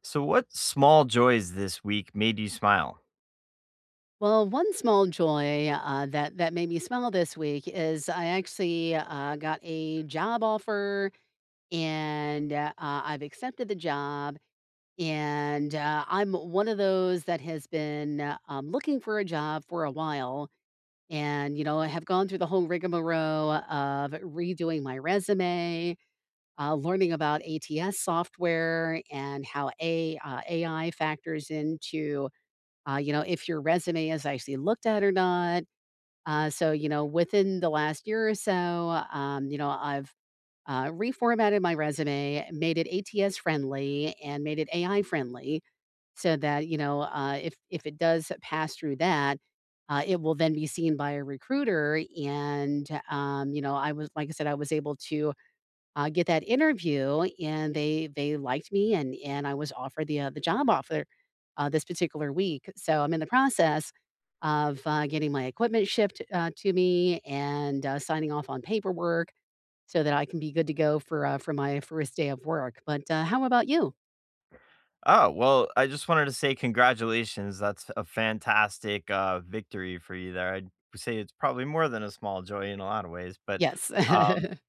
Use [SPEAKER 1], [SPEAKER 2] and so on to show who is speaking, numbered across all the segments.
[SPEAKER 1] So, what small joys this week made you smile?
[SPEAKER 2] Well, one small joy that made me smile this week is I actually got a job offer, and I've accepted the job. And I'm one of those that has been looking for a job for a while, and you know I have gone through the whole rigmarole of redoing my resume, learning about ATS software and how a AI factors into you know if your resume is actually looked at or not so, you know, within the last year or so, you know, I've reformatted my resume, made it ATS friendly, and made it AI friendly, so that you know, if it does pass through that, it will then be seen by a recruiter. And you know, I was like I said, I was able to get that interview, and they liked me, and I was offered the job offer this particular week. So I'm in the process of getting my equipment shipped to me and signing off on paperwork so that I can be good to go for my first day of work. But how about you?
[SPEAKER 1] Oh, well, I just wanted to say congratulations. That's a fantastic victory for you there. I'd say it's probably more than a small joy in a lot of ways, but
[SPEAKER 2] Yes.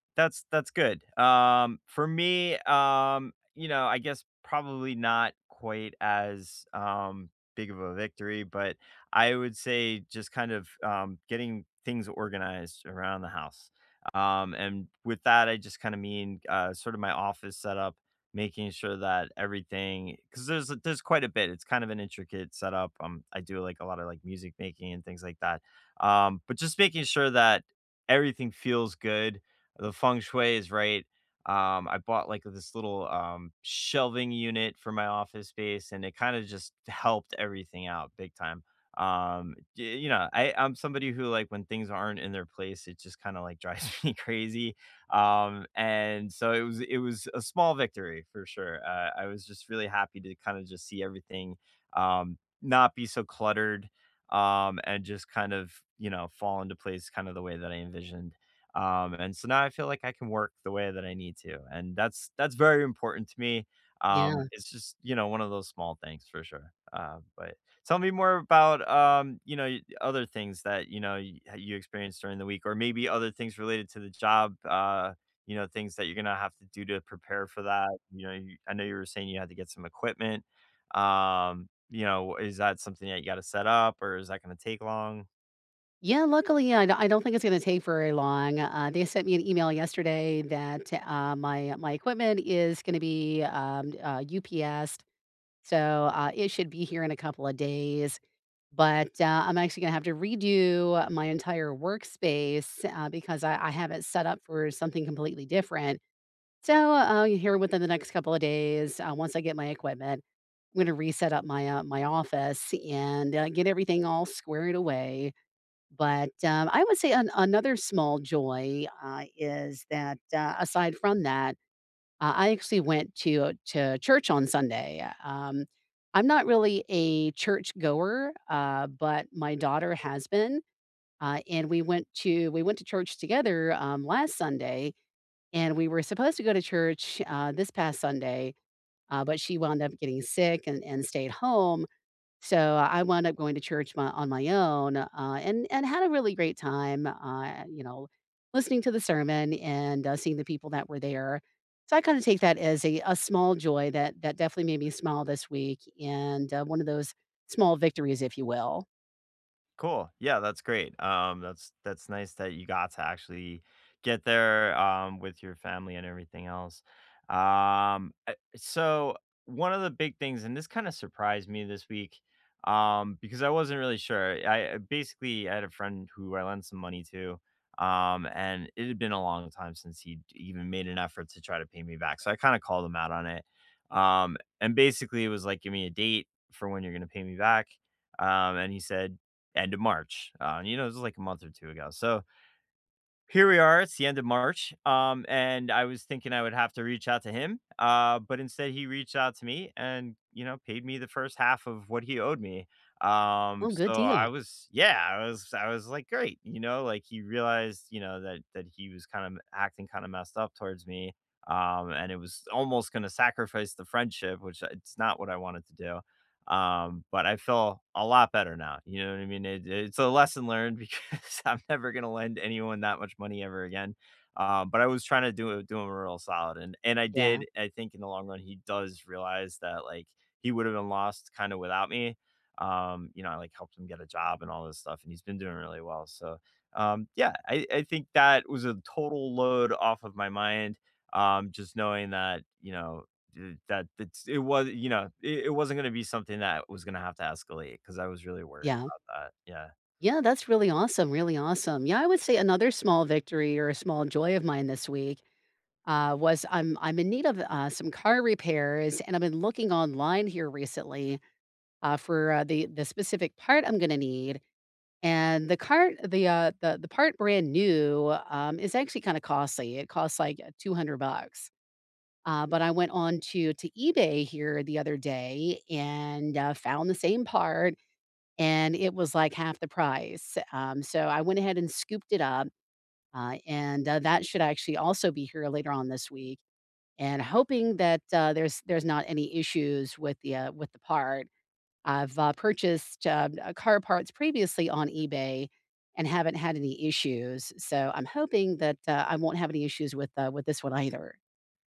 [SPEAKER 1] that's good. For me, you know, I guess probably not quite as big of a victory, but I would say just kind of getting things organized around the house. And with that, I just kind of mean sort of my office setup, making sure that everything, because there's quite a bit. It's kind of an intricate setup. I do like a lot of like music making and things like that. But just making sure that everything feels good, the feng shui is right. I bought like this little shelving unit for my office space, and it kind of just helped everything out big time. You know, I'm somebody who, like, when things aren't in their place, it just kind of like drives me crazy. And so it was a small victory for sure. I was just really happy to kind of just see everything, not be so cluttered, and just kind of, you know, fall into place kind of the way that I envisioned. And so now I feel like I can work the way that I need to, and that's very important to me.
[SPEAKER 2] Yeah.
[SPEAKER 1] It's just, you know, one of those small things for sure. But tell me more about, you know, other things that, you know, you experienced during the week, or maybe other things related to the job, you know, things that you're going to have to do to prepare for that. You know, I know you were saying you had to get some equipment. You know, is that something that you got to set up, or is that going to take long?
[SPEAKER 2] Yeah. Luckily, I don't think it's going to take very long. They sent me an email yesterday that my equipment is going to be UPS. So, it should be here in a couple of days, but, I'm actually gonna have to redo my entire workspace, because I have it set up for something completely different. So, here within the next couple of days, once I get my equipment, I'm gonna reset up my, my office and, get everything all squared away. But, I would say an another small joy, is that, aside from that I actually went to church on Sunday. I'm not really a church goer, but my daughter has been, and we went to church together last Sunday, and we were supposed to go to church this past Sunday, but she wound up getting sick and stayed home. So, I wound up going to church my on my own, and had a really great time, you know, listening to the sermon and, seeing the people that were there. So I kinda take that as a small joy that definitely made me smile this week and, one of those small victories, if you will.
[SPEAKER 1] Cool. Yeah, that's great. That's nice that you got to actually get there with your family and everything else. So one of the big things, and this kind of surprised me this week, because I wasn't really sure. I basically I had a friend who I lent some money to, and it had been a long time since he even made an effort to try to pay me back. So I kind of called him out on it, and basically it was like, give me a date for when you're going to pay me back. And he said, end of March. You know, this was like a month or two ago. So here we are. It's the end of March. And I was thinking I would have to reach out to him. But instead he reached out to me and, you know, paid me the first half of what he owed me.
[SPEAKER 2] Oh, good
[SPEAKER 1] So I
[SPEAKER 2] deal.
[SPEAKER 1] was, yeah, I was like, great. You know, like he realized, you know, that he was kind of acting kind of messed up towards me. And it was almost going to sacrifice the friendship, which it's not what I wanted to do. But I feel a lot better now, you know what I mean? It's a lesson learned, because I'm never gonna lend anyone that much money ever again. But I was trying to do him a real solid, and I
[SPEAKER 2] Yeah,
[SPEAKER 1] did. I think in the long run, he does realize that, like, he would have been lost kinda without me. You know, like, helped him get a job and all this stuff, and he's been doing really well, so, yeah, I think that was a total load off of my mind, just knowing that, you know, dude, that's it, was, you know, it wasn't gonna be something that was gonna have to escalate, because I was really worried
[SPEAKER 2] yeah.
[SPEAKER 1] about that, yeah.
[SPEAKER 2] Yeah, that's really awesome, really awesome. Yeah, I would say another small victory or a small joy of mine this week, was I'm in need of, some car repairs, and I've been looking online here recently for, the specific part I'm gonna need, and the cart the part brand new, is actually kinda costly, it costs, like, 200 bucks, but I went on to eBay here the other day and, found the same part, and it was, like, half the price, so I went ahead and scooped it up, that should actually also be here later on this week, and hoping that, there's not any issues with the part. I've, purchased, car parts previously on eBay and haven't had any issues, so I'm hoping that, I won't have any issues with this one either.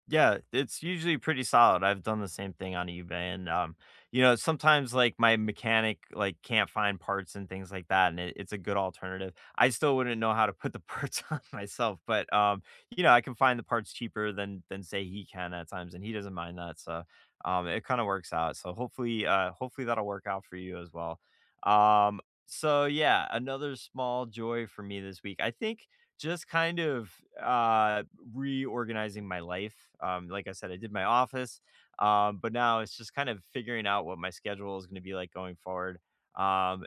[SPEAKER 1] Yeah, it's usually pretty solid. I've done the same thing on eBay, and, you know, sometimes, like, my mechanic, like, can't find parts and things like that, and it's a good alternative. I still wouldn't know how to put the parts on myself, but, you know, I can find the parts cheaper than say, he can at times, and he doesn't mind that, so, it kinda works out. So hopefully, hopefully that'll work out for you as well. Um, so, yeah, another small joy for me this week. I think just kind of, uh, reorganizing my life. Like I said, I did my office, but now it's just kind of figuring out what my schedule is going to be like going forward. Um,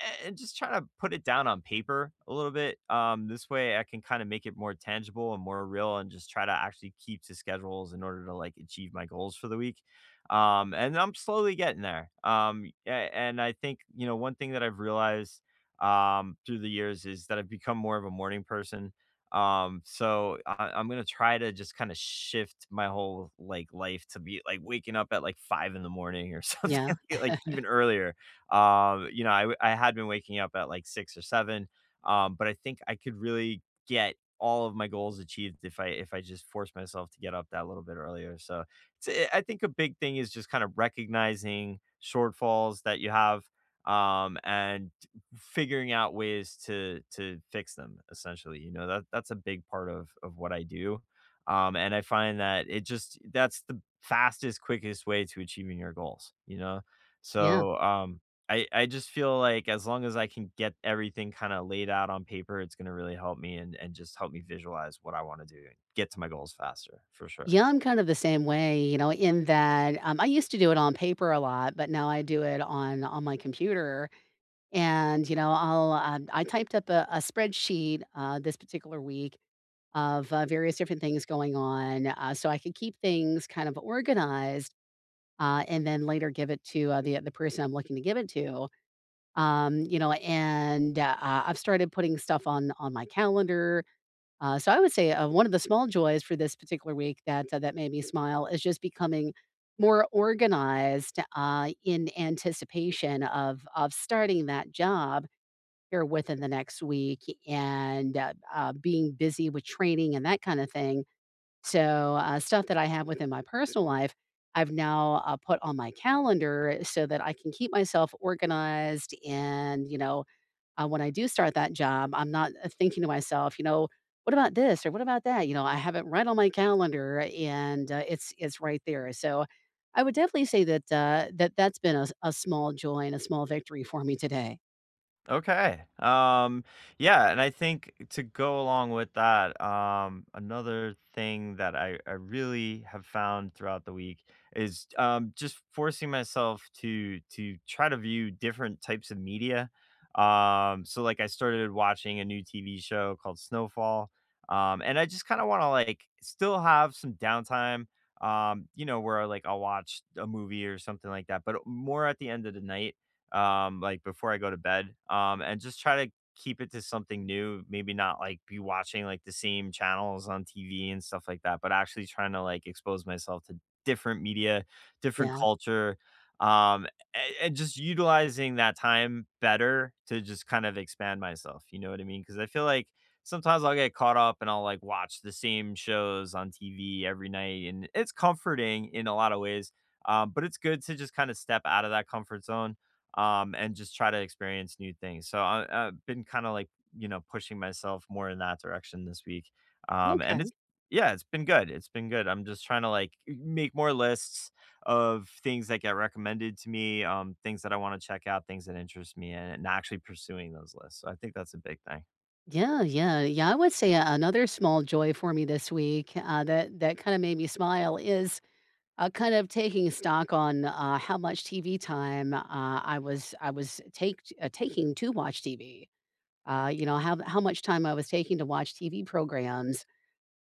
[SPEAKER 1] and just trying to put it down on paper a little bit. This way I can kind of make it more tangible and more real, and just try to actually keep to schedules in order to like achieve my goals for the week. And I'm slowly getting there. And I think, you know, one thing that I've realized through the years is that I've become more of a morning person. So I'm gonna try to just kind of shift my whole like life to be like waking up at like five in the morning or something
[SPEAKER 2] Yeah.
[SPEAKER 1] like even earlier. You know, I had been waking up at like six or seven, but I think I could really get all of my goals achieved if I just force myself to get up that little bit earlier. So it's, I think a big thing is just kind of recognizing shortfalls that you have, um, and figuring out ways to fix them, essentially. You know, that's a big part of what I do. Um, and I find that it just, that's the fastest, quickest way to achieving your goals, you know?
[SPEAKER 2] Yeah.
[SPEAKER 1] So um, I just feel like as long as I can get everything kind of laid out on paper, it's going to really help me and just help me visualize what I want to do and get to my goals faster for sure.
[SPEAKER 2] Yeah, I'm kind of the same way, you know, in that, I used to do it on paper a lot, but now I do it on my computer, and, you know, I'll, I typed up a spreadsheet, this particular week of, various different things going on, so I could keep things kind of organized and then later give it to the person I'm looking to give it to. You know, and I've started putting stuff on my calendar. So I would say one of the small joys for this particular week that made me smile is just becoming more organized in anticipation of starting that job here within the next week and being busy with training and that kind of thing so, stuff that I have within my personal life, I've now, put on my calendar so that I can keep myself organized and, you know, when I do start that job, I'm not, thinking to myself, you know, "What about this?" or "What about that?" You know, I have it right on my calendar and, it's right there. So, I would definitely say that, that that's been a small joy and a small victory for me today.
[SPEAKER 1] Okay. Yeah, and I think to go along with that, another thing that I really have found throughout the week is just forcing myself to try to view different types of media. So like I started watching a new TV show called Snowfall, and I just kind of want to like still have some downtime. You know, where like I'll watch a movie or something like that, but more at the end of the night, like before I go to bed, and just try to keep it to something new. Maybe not like be watching like the same channels on TV and stuff like that, but actually trying to like expose myself to different media, different
[SPEAKER 2] Yeah.
[SPEAKER 1] culture, um, and, just utilizing that time better to just kind of expand myself. You know what I mean? Because I feel like sometimes I'll get caught up, and I'll like watch the same shows on TV every night, and it's comforting in a lot of ways. But it's good to just kind of step out of that comfort zone, and just try to experience new things. So I've been kind of like, you know, pushing myself more in that direction this week, and
[SPEAKER 2] Okay.
[SPEAKER 1] it's, yeah, it's been good. It's been good. I'm just trying to like make more lists of things that get recommended to me, things that I want to check out, things that interest me, and, actually pursuing those lists. So I think that's a big thing.
[SPEAKER 2] Yeah, yeah, yeah. I would say a another small joy for me this week, that that kinda made me smile is, kind of taking stock on, how much TV time, I was take taking to watch TV. You know, how much time I was taking to watch TV programs.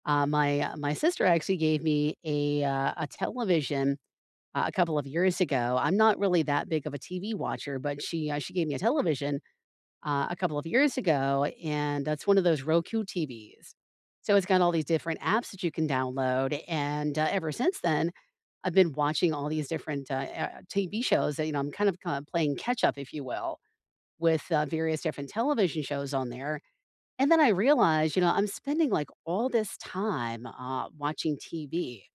[SPEAKER 2] My sister actually gave me a television, a couple of years ago. I'm not really that big of a TV watcher, but she gave me a television a couple of years ago, and that's one of those Roku TVs. So it's got all these different apps that you can download, and ever since then, I've been watching all these different TV shows that you know I'm kind of playing catch up, if you will, with various different television shows on there. And then I realized, you know, I'm spending like all this time watching TV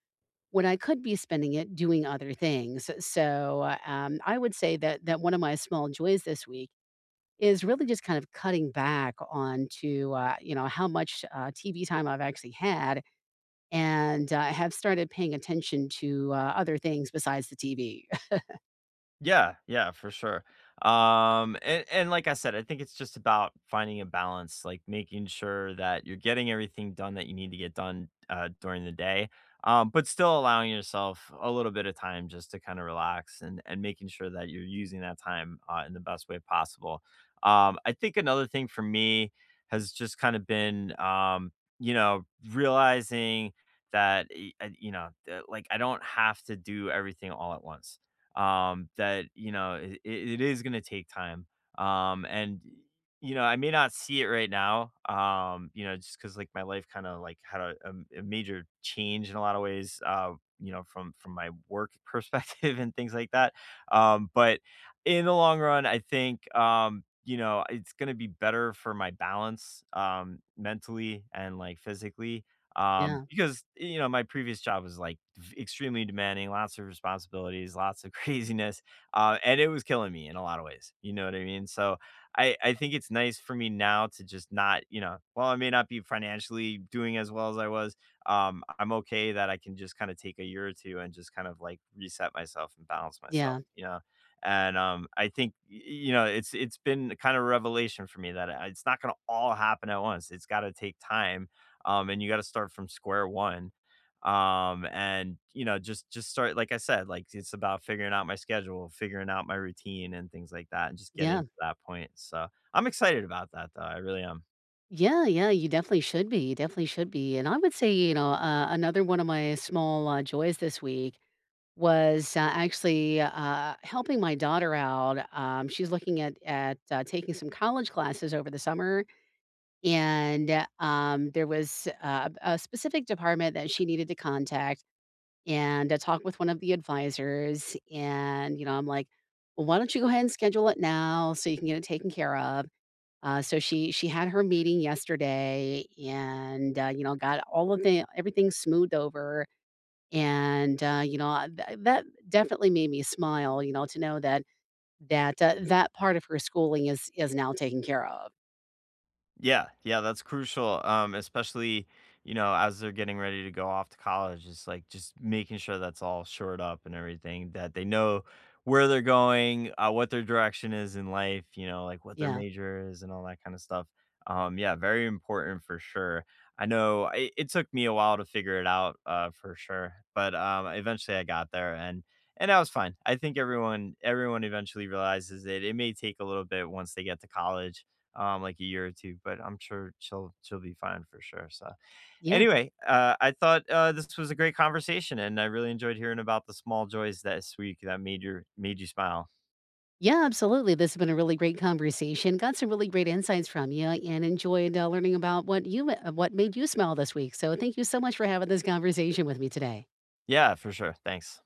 [SPEAKER 2] when I could be spending it doing other things. So I would say that one of my small joys this week is really just kind of cutting back on you know, how much, TV time I've actually had, and, have started paying attention to, other things besides the TV.
[SPEAKER 1] Yeah, yeah, for sure. And like I said, I think it's just about finding a balance, like making sure that you're getting everything done that you need to get done during the day, but still allowing yourself a little bit of time just to kind of relax, and making sure that you're using that time in the best way possible. I think another thing for me has just kind of been, you know, realizing that you know, that, like, I don't have to do everything all at once, that, you know, it is going to take time, and you know, I may not see it right now, you know, just because like my life kind of like had a major change in a lot of ways, you know, from my work perspective and things like that, but in the long run I think, you know, it's going to be better for my balance, mentally and like physically,
[SPEAKER 2] Yeah,
[SPEAKER 1] because, you know, my previous job was, like, v extremely demanding, lots of responsibilities, lots of craziness, and it was killing me in a lot of ways, you know what I mean? So, I think it's nice for me now to just not, you know, while I may not be financially doing as well as I was, I'm okay that I can just kinda take a year or two and just kind of, like, reset myself and balance myself,
[SPEAKER 2] yeah,
[SPEAKER 1] you know? And, I think, y you know, it's been kind of a revelation for me that, it's not gonna all happen at once, it's gotta take time, and you got to start from square one. And you know, just start, like I said, like it's about figuring out my schedule, figuring out my routine, and things like that, and just getting
[SPEAKER 2] yeah.
[SPEAKER 1] to that point. So I'm excited about that, though. I really am.
[SPEAKER 2] Yeah, yeah, you definitely should be, you definitely should be, and I would say, you know, another one of my small, joys this week was, helping my daughter out, she's looking at taking some college classes over the summer. And, there was a specific department that she needed to contact and, talk with one of the advisors, and, you know, I'm like, "Well, why don't you go ahead and schedule it now so you can get it taken care of?" So she had her meeting yesterday and, you know, got all of the everything smoothed over, and, you know, I- th that definitely made me smile, you know, to know that that part of her schooling is now taken care of.
[SPEAKER 1] Yeah, yeah, that's crucial, especially, you know, as they're getting ready to go off to college, it's like just making sure that's all shored up and everything, that they know where they're going, what their direction is in life, you know, like what their
[SPEAKER 2] Yeah.
[SPEAKER 1] major is and all that kind of stuff. Yeah, very important for sure. I know it took me a while to figure it out, for sure, but eventually I got there, and that was fine. I think everyone eventually realizes it. It may take a little bit once they get to college, like a year or two, but I'm sure she'll be fine for sure. So
[SPEAKER 2] Yeah.
[SPEAKER 1] anyway, I thought this was a great conversation, and I really enjoyed hearing about the small joys this week that made you smile.
[SPEAKER 2] Yeah, absolutely. This has been a really great conversation. Got some really great insights from you and enjoyed learning about what you what made you smile this week. So, thank you so much for having this conversation with me today.
[SPEAKER 1] Yeah, for sure. Thanks.